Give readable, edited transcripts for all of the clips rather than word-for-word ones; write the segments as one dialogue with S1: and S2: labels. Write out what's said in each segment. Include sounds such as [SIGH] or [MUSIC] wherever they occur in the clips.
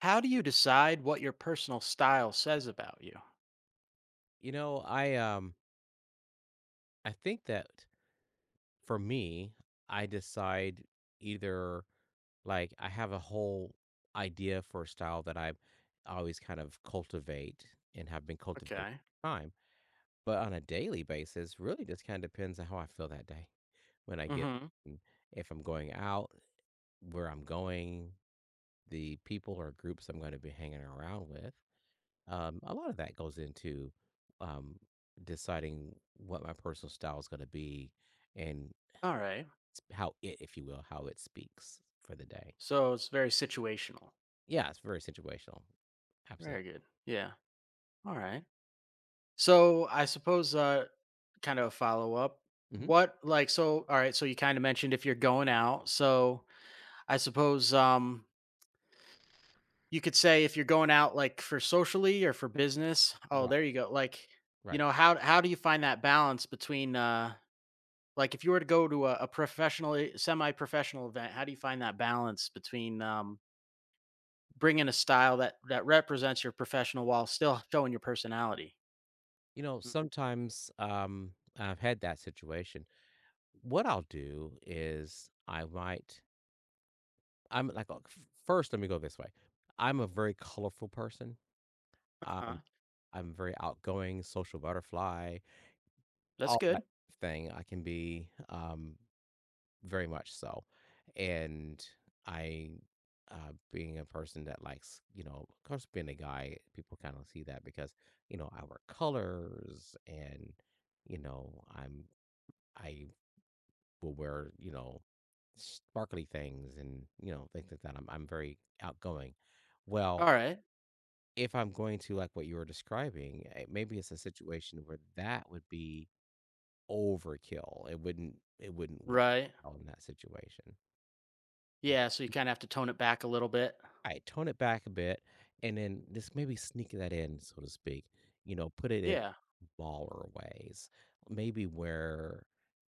S1: How do you decide what your personal style says about you?
S2: I I think that for me, I decide either I have a whole idea for a style that I always kind of cultivate and have been cultivating
S1: Okay.
S2: over time. But on a daily basis, really just kind of depends on how I feel that day. When I get
S1: Mm-hmm.
S2: and If I'm going out, where I'm going, the people or groups I'm going to be hanging around with. A lot of that goes into um, deciding what my personal style is going to be and
S1: All right.
S2: how it, if you will, how it speaks for the day.
S1: So it's very situational.
S2: Yeah, it's very situational.
S1: Very
S2: Absolutely.
S1: good. Yeah. All right. So I suppose kind of a follow up.
S2: hmm
S1: What like so all right, so you kind of mentioned if you're going out. So I suppose you could say if you're going out like for socially or for business. Oh,
S2: Right.
S1: there you go. Like,
S2: Right.
S1: how do you find that balance between Like, if you were to go to a professionally semi-professional event, how do you find that balance between bringing a style that represents your professional while still showing your personality?
S2: You know,
S1: Mm.
S2: sometimes I've had that situation. What I'll do is I might, I'm like, oh, first, let me go this way. I'm a very colorful person. Um,
S1: Uh-huh.
S2: I'm very outgoing, social butterfly.
S1: That's
S2: All that
S1: good.
S2: thing. I can be, very much so. And I, Being a person that likes, you know, of course, being a guy, people kind of see that because, you know, I wear colors and, you know, I'm, I will wear, you know, sparkly things and, you know, things like that. I'm very outgoing.
S1: All
S2: Well,
S1: right.
S2: if I'm going to like what you were describing, maybe it's a situation where that would be overkill. It wouldn't work
S1: Right.
S2: well in that situation.
S1: Yeah. So you kind of have to tone it back a little bit.
S2: Alright, tone it back a bit and then just maybe sneak that in, so to speak. You know, put it in
S1: Yeah.
S2: smaller ways. Maybe wear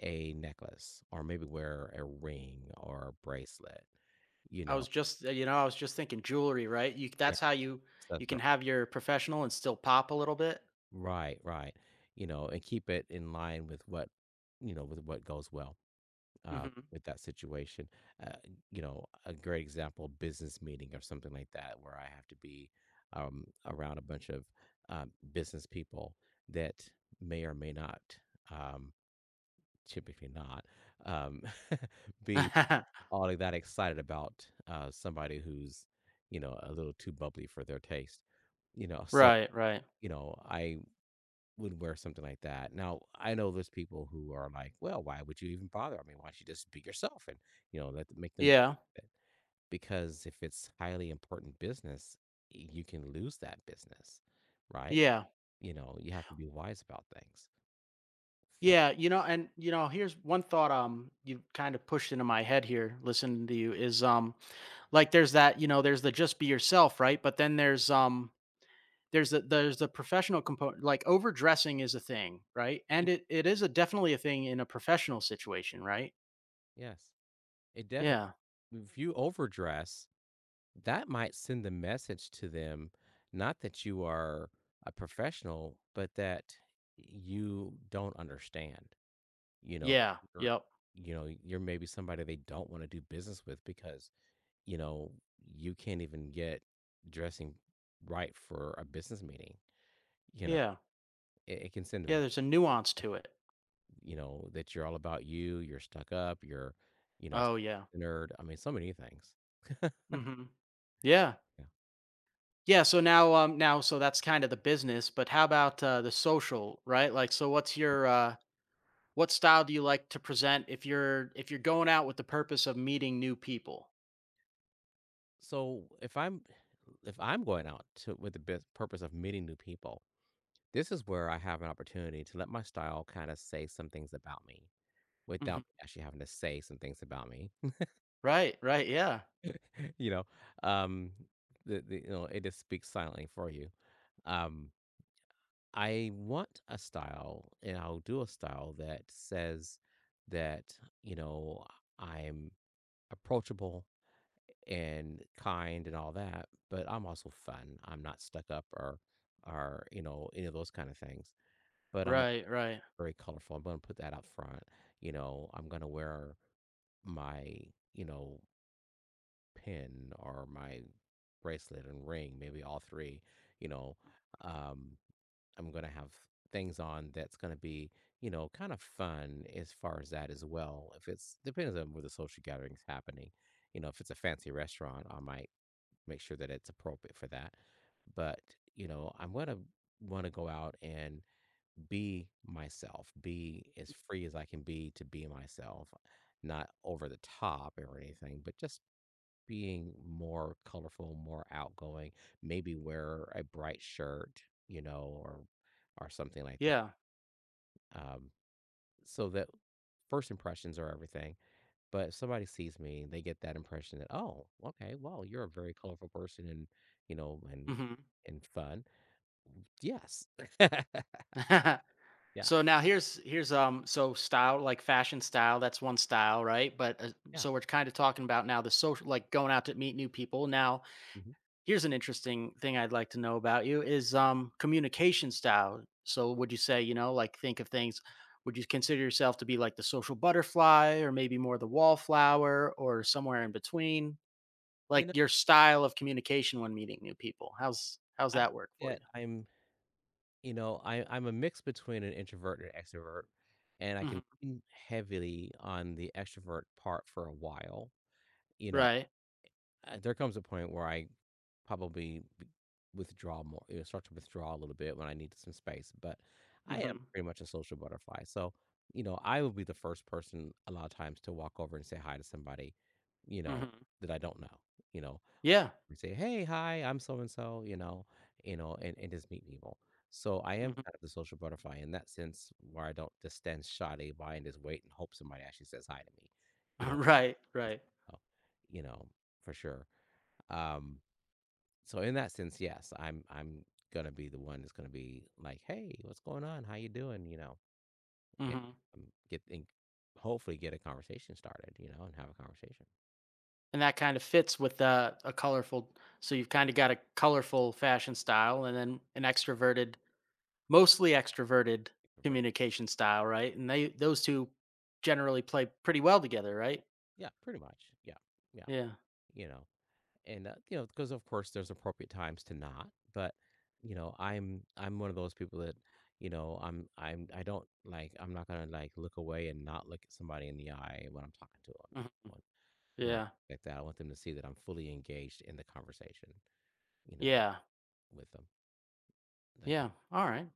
S2: a necklace or maybe wear a ring or a bracelet, you
S1: I
S2: know.
S1: was just, I was just thinking jewelry, right? You
S2: Yeah,
S1: That's how you
S2: that's
S1: you can
S2: r-
S1: have your professional and still pop a little bit.
S2: right, right. You know, and keep it in line with with what goes well.
S1: Hmm.
S2: With that situation. Uh, you know, a great example, business meeting or something like that, where I have to be around a bunch of business people that may or may not, um, typically not, um, [LAUGHS] be
S1: [LAUGHS]
S2: all that excited about somebody who's, you know, a little too bubbly for their taste. You know, so
S1: Right. Right.
S2: you know, I would wear something like that. Now, I know there's people who are like, "Well, why would you even bother? I mean, why don't you just be yourself and, you know, let make them do
S1: Yeah.
S2: it?" Because if it's highly important business, you can lose that business, right?
S1: Yeah.
S2: You know, you have to be wise about things. So,
S1: Yeah, you know, and you know, here's one thought you kind of pushed into my head here listening to you is like there's that, you know, there's the just be yourself, right? But then there's there's the professional component like overdressing is a thing, right? And it is a definitely a thing in a professional situation, right?
S2: yes, it definitely
S1: Yeah.
S2: if you overdress, that might send the message to them, not that you are a professional, but that you don't understand. you know
S1: Yeah.
S2: you're
S1: Yep.
S2: you know you're maybe somebody they don't want to do business with because you know you can't even get dressing right for a business meeting you know
S1: Yeah.
S2: it can send a,
S1: Yeah, there's a nuance to it.
S2: you know that you're all about you're stuck up you're you know
S1: Oh yeah.
S2: nerd, I mean so many things.
S1: Mhm. Yeah.
S2: Yeah.
S1: Yeah, so now now so that's kind of the business, but how about the social, right? Like so what's your What style do you like to present if you're going out with the purpose of meeting new people?
S2: So if I'm going out to with the bus purpose of meeting new people, this is where I have an opportunity to let my style kinda say some things about me
S1: Mhm.
S2: without me actually having to say some things about me,
S1: Right, right, yeah.
S2: [LAUGHS] you know? Um, the you know, it just speaks silently for you. Um, I want a style, and I'll do a style that says that, you know, I'm approachable and kind and all that, but I'm also fun. I'm not stuck up or, you know, any of those kind of things. But I'm
S1: Right, right.
S2: very colorful. I'm gonna put that out front. You know, I'm gonna wear my, you know, pin or my bracelet and ring, maybe all three, you know. Um, I'm gonna have things on that's gonna be, you know, kind of fun as far as that as well. If it's depends on where the social gathering's happening. You know, if it's a fancy restaurant, I might make sure that it's appropriate for that. But, you know, I'm going to want to go out and be myself, be as free as I can be to be myself, not over the top or anything, but just being more colorful, more outgoing, maybe wear a bright shirt, you know, or something like that.
S1: Yeah.
S2: Um, so that first impressions are everything, but if somebody sees me, they get that impression that, "Oh, okay, well, you're a very colorful person and, you know,
S1: Mhm.
S2: and fun." Yes. [LAUGHS]
S1: [LAUGHS]
S2: Yeah,
S1: So now so style, like fashion style, that's one style, right?
S2: yeah,
S1: So we're kind of talking about now the social like going out to meet new people. Now
S2: mhm.
S1: here's an interesting thing I'd like to know about you is communication style. So would you say, you know, like think of things, would you consider yourself to be like the social butterfly or maybe more the wallflower or somewhere in between?
S2: You
S1: Like
S2: know,
S1: your style of communication when meeting new people. How's how's
S2: I think
S1: that work for
S2: that
S1: you?
S2: I'm you know, I I'm a mix between an introvert and an extrovert, and I can
S1: Hmm.
S2: lean heavily on the extrovert part for a while, you know?
S1: Right.
S2: There comes a point where I probably b- withdraw more, you know, start to withdraw a little bit when I need some space. But I am
S1: Hmm.
S2: pretty much a social butterfly. So, you know, I will be the first person a lot of times to walk over and say hi to somebody, you know,
S1: Hmm.
S2: that I don't know, you know,
S1: Yeah.
S2: and say, hey, hi, I'm so and so, you know, and just meet people. So I am kind
S1: Hmm.
S2: of the social butterfly in that sense where I don't just stand shyly by and just wait and hope somebody actually says hi to me, you
S1: [LAUGHS]
S2: know,
S1: Right. Right.
S2: uh, you know, for sure. Um, so in that sense, yes, I'm gonna be the one that's gonna be like, "Hey, what's going on? How you doing?" You know, and
S1: Hmm.
S2: get and hopefully get a conversation started, you know, and have a conversation.
S1: And that kind of fits with a colorful. So you've kind of got a colorful fashion style, and then an extroverted mostly extroverted
S2: Convert it.
S1: communication style, right? And they those two generally play pretty well together, right?
S2: Yeah, pretty much. Yeah, yeah,
S1: Yeah.
S2: you know, and you know, because of course there's appropriate times to not, but you know, I'm one of those people that you know I'm not gonna like look away and not look at somebody in the eye when I'm talking to them. You
S1: Mhm.
S2: know, and, you know,
S1: Yeah.
S2: like that. I want them to see that I'm fully engaged in the conversation, you know,
S1: Yeah.
S2: with them, that kind.
S1: Yeah. All right.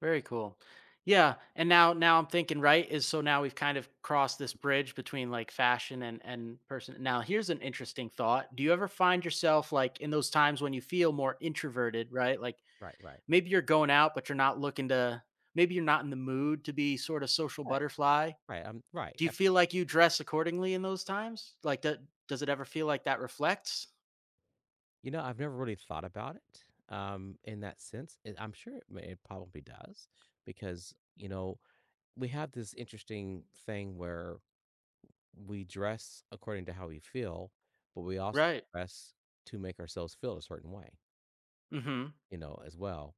S1: Very cool. Yeah. And now now I'm thinking, right, is so now we've kind of crossed this bridge between like fashion and person. Now here's an interesting thought. Do you ever find yourself like in those times when you feel more introverted, right? Like
S2: Right, right.
S1: maybe you're going out but you're not looking to maybe you're not in the mood to be sort of social
S2: Right,
S1: butterfly.
S2: right,
S1: Do you
S2: yep.
S1: feel like you dress accordingly in those times? Like, d does it ever feel like that reflects?
S2: You know, I've never really thought about it, in that sense, and I'm sure it probably does because, you know, we have this interesting thing where we dress according to how we feel, but we also
S1: Right.
S2: dress to make ourselves feel a certain way,
S1: Mhm.
S2: you know, as well,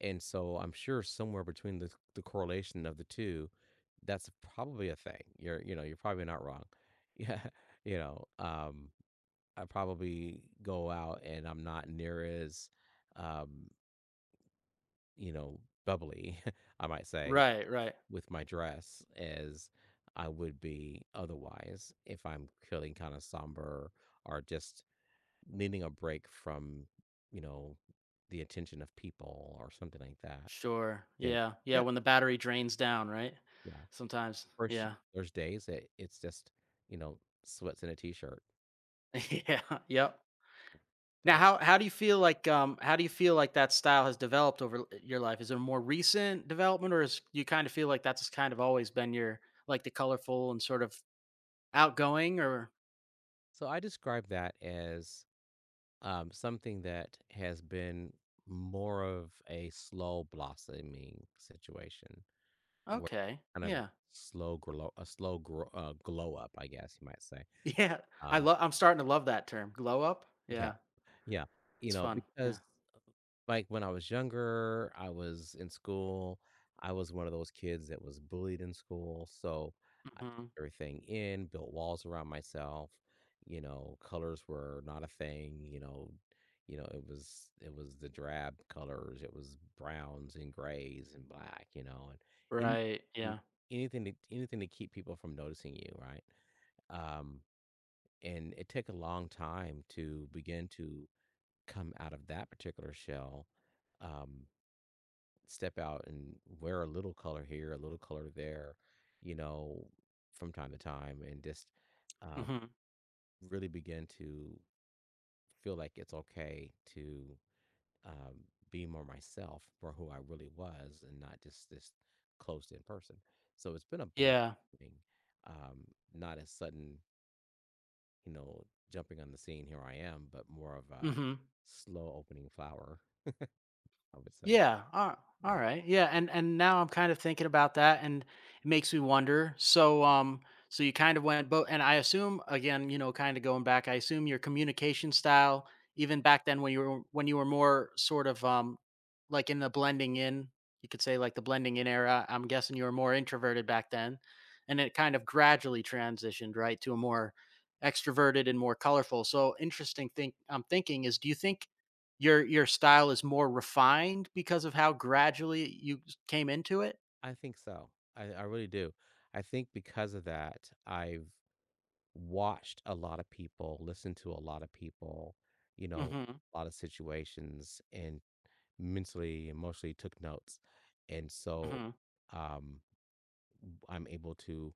S2: and so I'm sure somewhere between the correlation of the 2, that's probably a thing. You know, you're probably not wrong. [LAUGHS] Yeah, you know, I probably go out and I'm not near as, um, you know, bubbly, [LAUGHS] I might say,
S1: Right, right.
S2: with my dress as I would be otherwise if I'm feeling kind of somber or just needing a break from, you know, the attention of people or something like that.
S1: Sure.
S2: Then,
S1: Yeah. Yeah,
S2: yeah,
S1: when the battery drains down, right?
S2: yeah.
S1: Sometimes.
S2: First,
S1: Yeah. [LAUGHS]
S2: there's days that it's just, you know, sweats and a t shirt.
S1: Yeah. Yep. Now how do you feel like, how do you feel like that style has developed over l your life? Is there more recent development, or is you kinda feel like that's kind of always been your like, the colorful and sort of outgoing or
S2: So I describe that as something that has been more of a slow blossoming situation, where
S1: Okay.
S2: kind of
S1: Yeah.
S2: slow grow, glow up, I guess you might say.
S1: [LAUGHS] Yeah. I
S2: Um,
S1: love. I'm starting to love that term. Glow up?
S2: yeah,
S1: Yeah.
S2: yeah, you
S1: It's
S2: know,
S1: fun, yeah.
S2: because like, when I was younger, I was in school, I was one of those kids that was bullied in school, so I
S1: Mhm.
S2: kept everything in, built walls around myself, you know, colors were not a thing, you know, it was the drab colors, it was browns and grays and black, you know, and any
S1: Right,
S2: m
S1: yeah.
S2: anything to anything to keep people from noticing you, right? Um, and it took a long time to begin to come out of that particular shell, um step out and wear a little color here, a little color there, you know, from time to time, and just uh,
S1: Mhm.
S2: really begin to feel like it's okay to um, be more myself, for who I really was, and not just this close in person. So it's been a
S1: Yeah.
S2: blessing, um, not a sudden, you know, jumping on the scene. Here I am, but more of a
S1: Mhm.
S2: slow opening flower, I would say.
S1: Yeah. All
S2: Yeah.
S1: right. Yeah. And now I'm kind of thinking about that, and it makes me wonder. So so you kind of went both, and I assume again, you know, kind of going back, I assume your communication style, even back then when you were more sort of like in the blending in, you could say like the blending in era. I'm guessing you were more introverted back then, and it kind of gradually transitioned right to a more extroverted and more colorful. So interesting thing I'm thinking is, do you think your style is more refined because of how gradually you s came into it?
S2: I think so. I really do. I think because of that, I've watched a lot of people, listened to a lot of people, you know,
S1: Mhm,
S2: a lot of situations, and mentally, emotionally took notes. And so
S1: mhm.
S2: um, I'm able to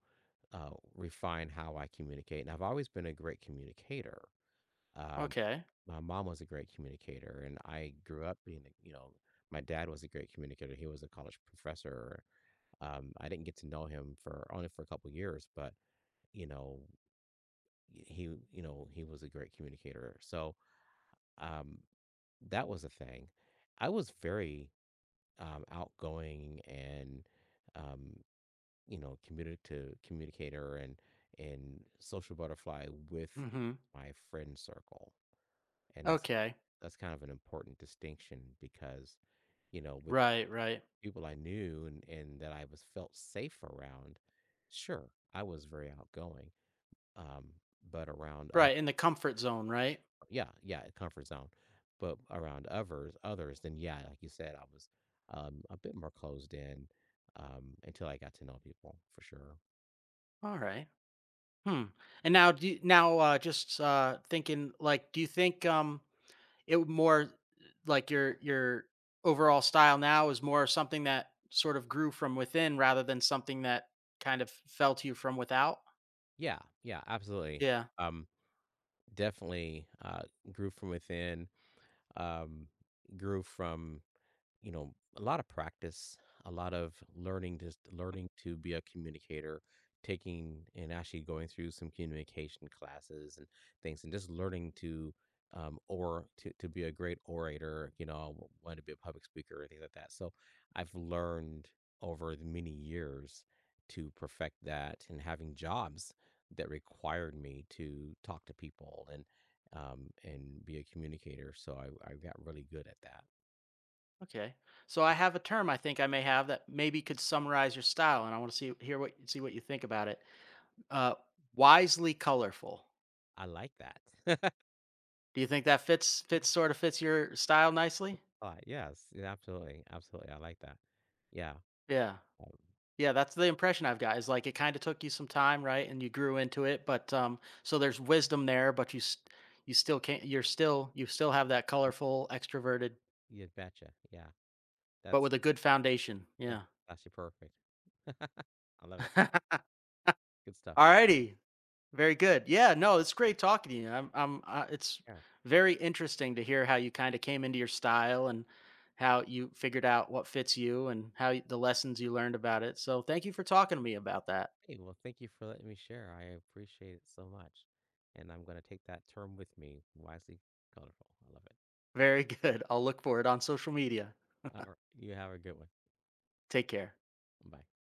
S2: refine how I communicate. And I've always been a great communicator. Um,
S1: Okay.
S2: my mom was a great communicator, and I grew up being, you know, my dad was a great communicator. He was a college professor. I didn't get to know him for only for a couple years, but you know, he you know he was a great communicator. So um, that was a thing. I was very outgoing and um, you know commuted to communicator and social butterfly with
S1: Mhm.
S2: my friend circle, and
S1: Okay.
S2: that's kind of an important distinction because you know with
S1: Right, right.
S2: people I knew and that I was felt safe around, sure, I was very outgoing, um, but around up,
S1: Right, in the comfort zone, right?
S2: yeah, yeah, comfort zone, but around others, then yeah, like you said, I was, a bit more closed in, until I got to know people for sure.
S1: Alright. Hmm. And now do you now, just, thinking, like, do you think, it would more like, your overall style now is more something that sort of grew from within rather than something that kind of fell to you from without?
S2: Yeah, yeah, absolutely.
S1: Yeah.
S2: Um, Definitely, grew from within, um, grew from you know, a lot of practice, a lot of learning, just learning to be a communicator, taking and actually going through some communication classes and things, and just learning to or to to be a great orator. You know, I wanted to be a public speaker or things like that. So I've learned over the many years to perfect that, and having jobs that required me to talk to people and be a communicator. So I got really good at that.
S1: Okay. So I have a term I think I may have that maybe could summarize your style, and I want to see hear what see what you think about it. Uh, wisely colorful.
S2: I like that. [LAUGHS]
S1: Do you think that fits sort of fits your style nicely?
S2: Yes, yeah, absolutely, absolutely, I like that. Yeah,
S1: Yeah.
S2: um,
S1: Yeah, that's the impression I've got. Is like it kind of took you some time, right? And you grew into it, but so there's wisdom there, but you still can't you're still you still have that colorful extroverted
S2: you betcha,
S1: but
S2: that's
S1: with a good foundation.
S2: yeah,
S1: Yeah.
S2: that's actually perfect. [LAUGHS] I love it,
S1: [LAUGHS]
S2: good stuff.
S1: Alrighty. Very good. Yeah, no, it's great talking to you. It's
S2: Yeah.
S1: very interesting to hear how you kind of came into your style and how you figured out what fits you and how the lessons you learned about it. So thank you for talking to me about that.
S2: Hey, well, thank you for letting me share, I appreciate it so much, and I'm gonna take that term with me, wisely colorful, I love it.
S1: Very [LAUGHS] good. I'll look for it on social media.
S2: Alri you have a good one,
S1: Take care.
S2: bye.